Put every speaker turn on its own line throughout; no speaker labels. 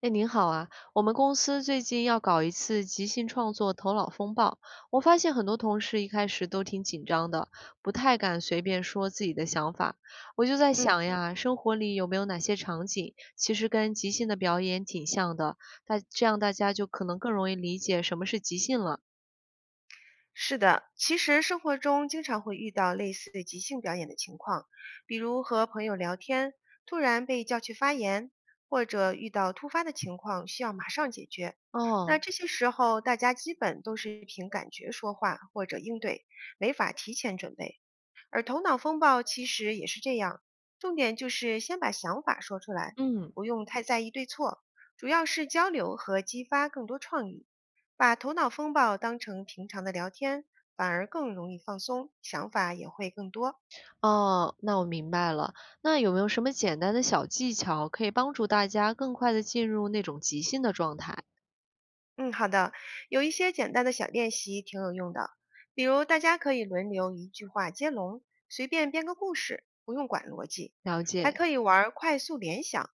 哎，您好啊！我们公司最近要搞一次即兴创作头脑风暴，我发现很多同事一开始都挺紧张的，不太敢随便说自己的想法。我就在
嗯，
想呀，生活里有没有哪些场景其实跟即兴的表演挺像的？大这样大家就可能更容易理解什么是即兴了。
是的，其实生活中经常会遇到类似即兴表演的情况，比如和朋友聊天，突然被叫去发言，或者遇到突发的情况需要马上解决。那
哦，
这些时候，大家基本都是凭感觉说话或者应对，没法提前准备。而头脑风暴其实也是这样，重点就是先把想法说出来，
嗯，
不用太在意对错，主要是交流和激发更多创意。把头脑风暴当成平常的聊天，反而更容易放松，想法也会更多。
哦，那我明白了。那有没有什么简单的小技巧可以帮助大家更快的进入那种即兴的状态？
嗯，好的，有一些简单的小练习挺有用的，比如大家可以轮流一句话接龙，随便编个故事，不用管逻辑，
了
还
解，
可以玩儿快速联想，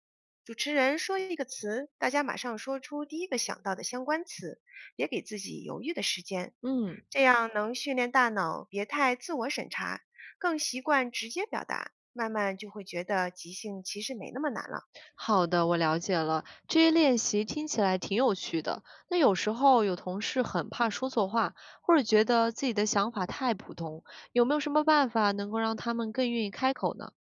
主持人说一个词，大家马上说出第一个想到的相关词，别给自己犹豫的时间，
嗯。
这样能训练大脑别太自我审查，更习惯直接表达，慢慢就会觉得即兴其实没那么难了。
好的，我了解了。这些练习听起来挺有趣的。那有时候有同事很怕说错话，或者觉得自己的想法太普通，有没有什么办法能够让他们更愿意开口呢？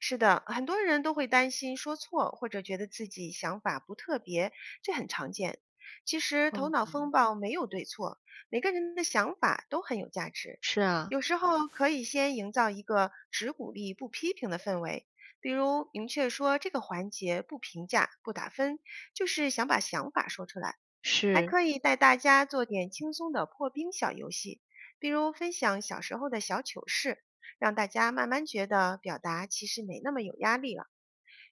是的，很多人都会担心说错，或者觉得自己想法不特别，这很常见。其实头
嗯，
脑风暴没有对错，每个人的想法都很有价值。
是啊，
有时候可以先营造一个只鼓励不批评的氛围，比如明确说这个环节不评价、不打分，就是想把想法说出来。还
是，
可以带大家做点轻松的破冰小游戏，比如分享小时候的小糗事，让大家慢慢觉得表达其实没那么有压力了。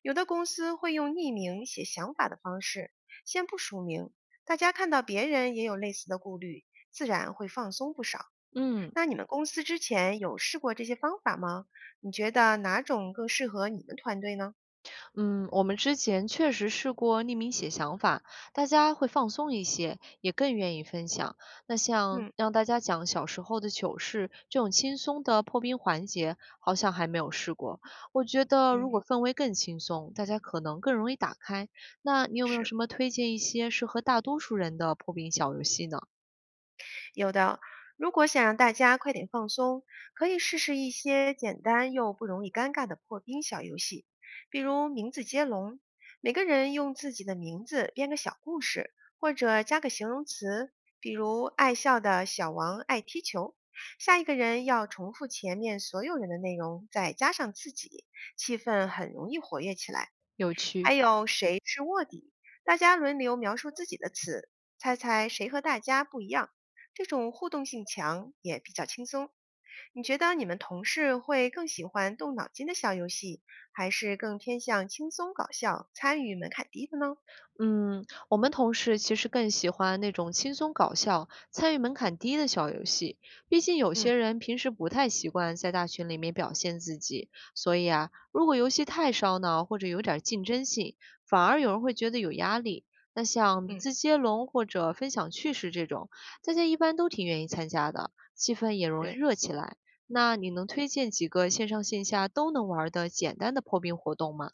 有的公司会用匿名写想法的方式，先不署名，大家看到别人也有类似的顾虑，自然会放松不少。
嗯。
那你们公司之前有试过这些方法吗？你觉得哪种更适合你们团队呢？
嗯，我们之前确实试过匿名写想法，大家会放松一些，也更愿意分享。那像
嗯
让大家讲小时候的糗事这种轻松的破冰环节，好像还没有试过。我觉得如
嗯，
果氛围更轻松，大家可能更容易打开。那你有没有
是。
什么推荐一些适合大多数人的破冰小游戏呢？
有的，如果想让大家快点放松，可以试试一些简单又不容易尴尬的破冰小游戏，比如名字接龙，每个人用自己的名字编个小故事，或者加个形容词，比如爱笑的小王爱踢球。下一个人要重复前面所有人的内容，再加上自己，气氛很容易活跃起来。
有趣。
还有谁是卧底？大家轮流描述自己的词，猜猜谁和大家不一样。这种互动性强，也比较轻松。你觉得你们同事会更喜欢动脑筋的小游戏，还是更偏向轻松搞笑、参与门槛低的呢？
嗯，我们同事其实更喜欢那种轻松搞笑、参与门槛低的小游戏。毕竟有
嗯
些人平时不太习惯在大群里面表现自己，所以啊，如果游戏太烧脑或者有点儿竞争性，反而有人会觉得有压力。那像名
嗯，
字接龙或者分享趣事这种，大家一般都挺愿意参加的，气氛也容易
对。
热起来。那你能推荐几个线上线下都能玩儿的简单的破冰活动吗？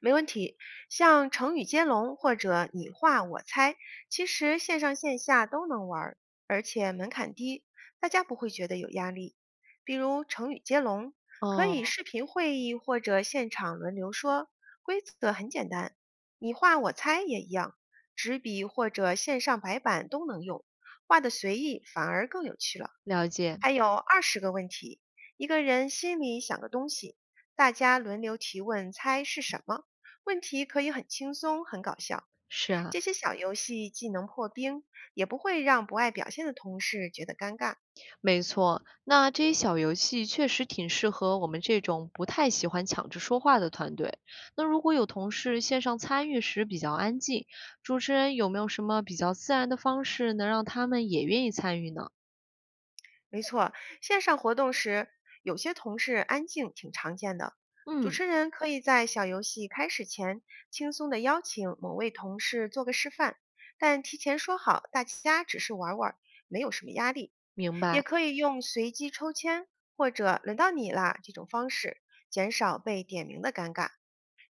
没问题，像成语接龙或者你画我猜，其实线上线下都能玩儿，而且门槛低，大家不会觉得有压力。比如成语接龙，可以
哦，
视频会议或者现场轮流说，规则很简单。你画我猜也一样，纸笔或者线上白板都能用，画的随意反而更有趣了。
了解，
还有20个问题，一个人心里想个东西，大家轮流提问，猜是什么。问题可以很轻松，很搞笑。
是啊。
这些小游戏既能破冰，也不会让不爱表现的同事觉得尴尬。
没错，那这些小游戏确实挺适合我们这种不太喜欢抢着说话的团队。那如果有同事线上参与时比较安静，主持人有没有什么比较自然的方式能让他们也愿意参与呢？
没错，线上活动时，有些同事安静挺常见的。主
嗯，
持人可以在小游戏开始前，轻松的邀请某位同事做个示范，但提前说好大家只是玩玩，没有什么压力。
明
也
白。
可以用随机抽签或者轮到你啦这种方式，减少被点名的尴尬。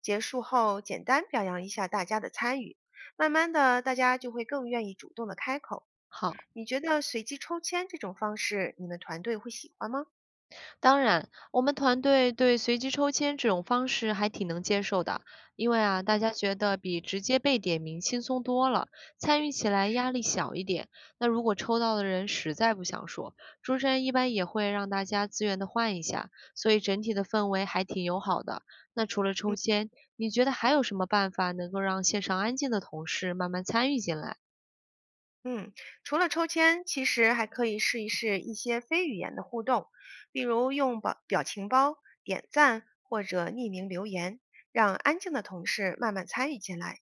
结束后，简单表扬一下大家的参与，慢慢的，大家就会更愿意主动的开口。
好。
你觉得随机抽签这种方式，你们团队会喜欢吗？
当然，我们团队对随机抽签这种方式还挺能接受的，因为啊，大
嗯，
家觉得比直接被点名轻松多了，参与起来压力小一点。那如果抽到的人实在不想说，主持人一般也会让大家自愿的换一下，所以整体的氛围还挺友好的。那除了抽签，你觉得还有什么办法能够让线上安静的同事慢慢参与进来？
嗯，除了抽签，其实还可以试试一些非语言的互动，比如用表情包、点赞或者匿名留言，让安静的同事慢慢参与进来。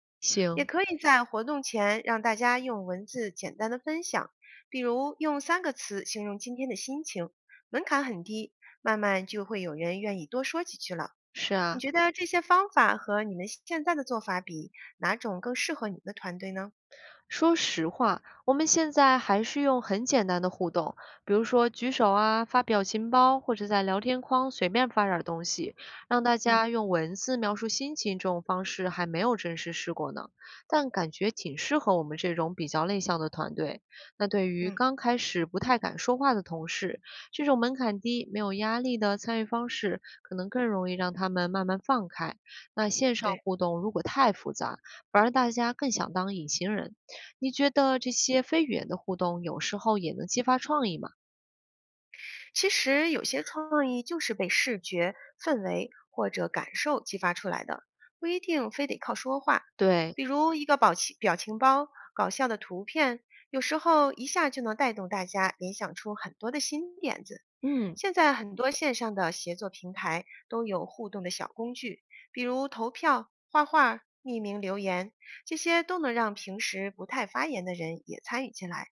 也
行，
可以在活动前让大家用文字简单的分享，比如用三个词形容今天的心情，门槛很低，慢慢就会有人愿意多说几句了。
是
你
啊，
觉得这些方法和你们现在的做法比，哪种更适合你们的团队呢？
说实话，我们现在还是用很简单的互动，比如说举手啊、发表情包，或者在聊天框随便发点儿东西，让大
嗯
家用文字描述心情，这种方式还没有正式试过呢，但感觉挺适合我们这种比较内向的团队。那对于
嗯，
刚开始不太敢说话的同事，这种门槛低、没有压力的参与方式，可能更容易让他们慢慢放开。那线上
对，
互动如果太复杂，反而大家更想当隐形人。你觉得这些非语言的互动有时候也能激发创意吗？
其实有些创意就是被视觉、氛围或者感受激发出来的，不一定非得靠说话。
对，
比如一个表情包、搞笑的图片，有时候一下就能带动大家联想出很多的新点子。
嗯，
现在很多线上的协作平台都有互动的小工具，比如投票、画画、匿名留言，这些都能让平时不太发言的人也参与进来。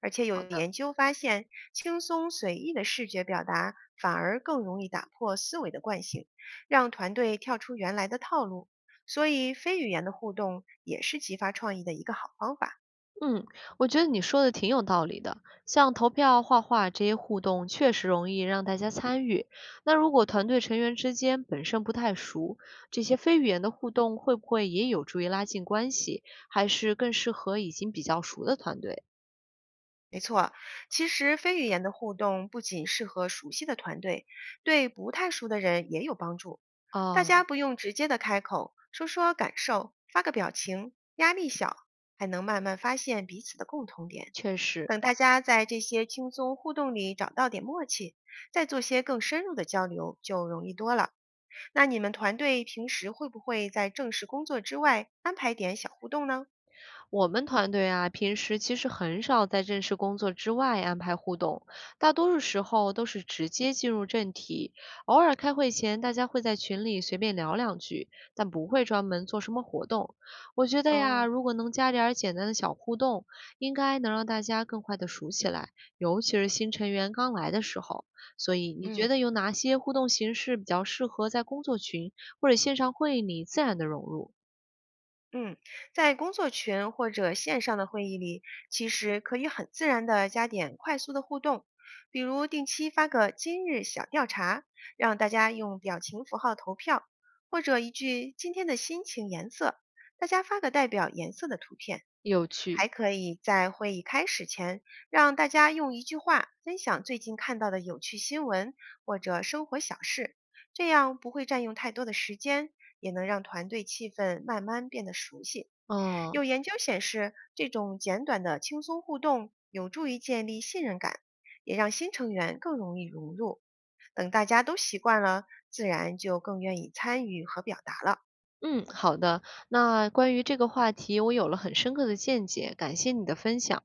而且
好
有
的，
研究发现，轻松随意的视觉表达反而更容易打破思维的惯性，让团队跳出原来的套路。所以，非语言的互动也是激发创意的一个好方法。
嗯，我觉得你说的挺有道理的。像投票、画这些互动，确实容易让大家参与。那如果团队成员之间本身不太熟，这些非语言的互动会不会也有助于拉近关系？还是更适合已经比较熟的团队？
没错，其实非语言的互动不仅适合熟悉的团队，对不太熟的人也有帮助。大
啊，
家不用直接的开口，说说感受，发个表情，压力小，还能慢慢发现彼此的共同点。
确实。
等大家在这些轻松互动里找到点默契，再做些更深入的交流，就容易多了。那你们团队平时会不会在正式工作之外安排点小互动呢？
我们团队啊，平时其实很少在正式工作之外安排互动，大多数时候都是直接进入正题。偶尔开会前，大家会在群里随便聊两句，但不会专门做什么活动。我觉得呀，
哦，
如果能加点儿简单的小互动，应该能让大家更快的熟起来，尤其是新成员刚来的时候。所以，你
嗯。
觉得有哪些互动形式比较适合在工作群或者线上会议里自然的融入？
嗯，在工作群或者线上的会议里，其实可以很自然的加点快速的互动，比如定期发个今日小调查，让大家用表情符号投票，或者一句今天的心情颜色，大家发个代表颜色的图片。
有趣，
还可以在会议开始前，让大家用一句话分享最近看到的有趣新闻或者生活小事，这样不会占用太多的时间，也能让团队气氛慢慢变得熟悉。
嗯。
有研究显示，这种简短的轻松互动有助于建立信任感，也让新成员更容易融入。等大家都习惯了，自然就更愿意参与和表达了。
嗯，好的。那关于这个话题，我有了很深刻的见解，感谢你的分享。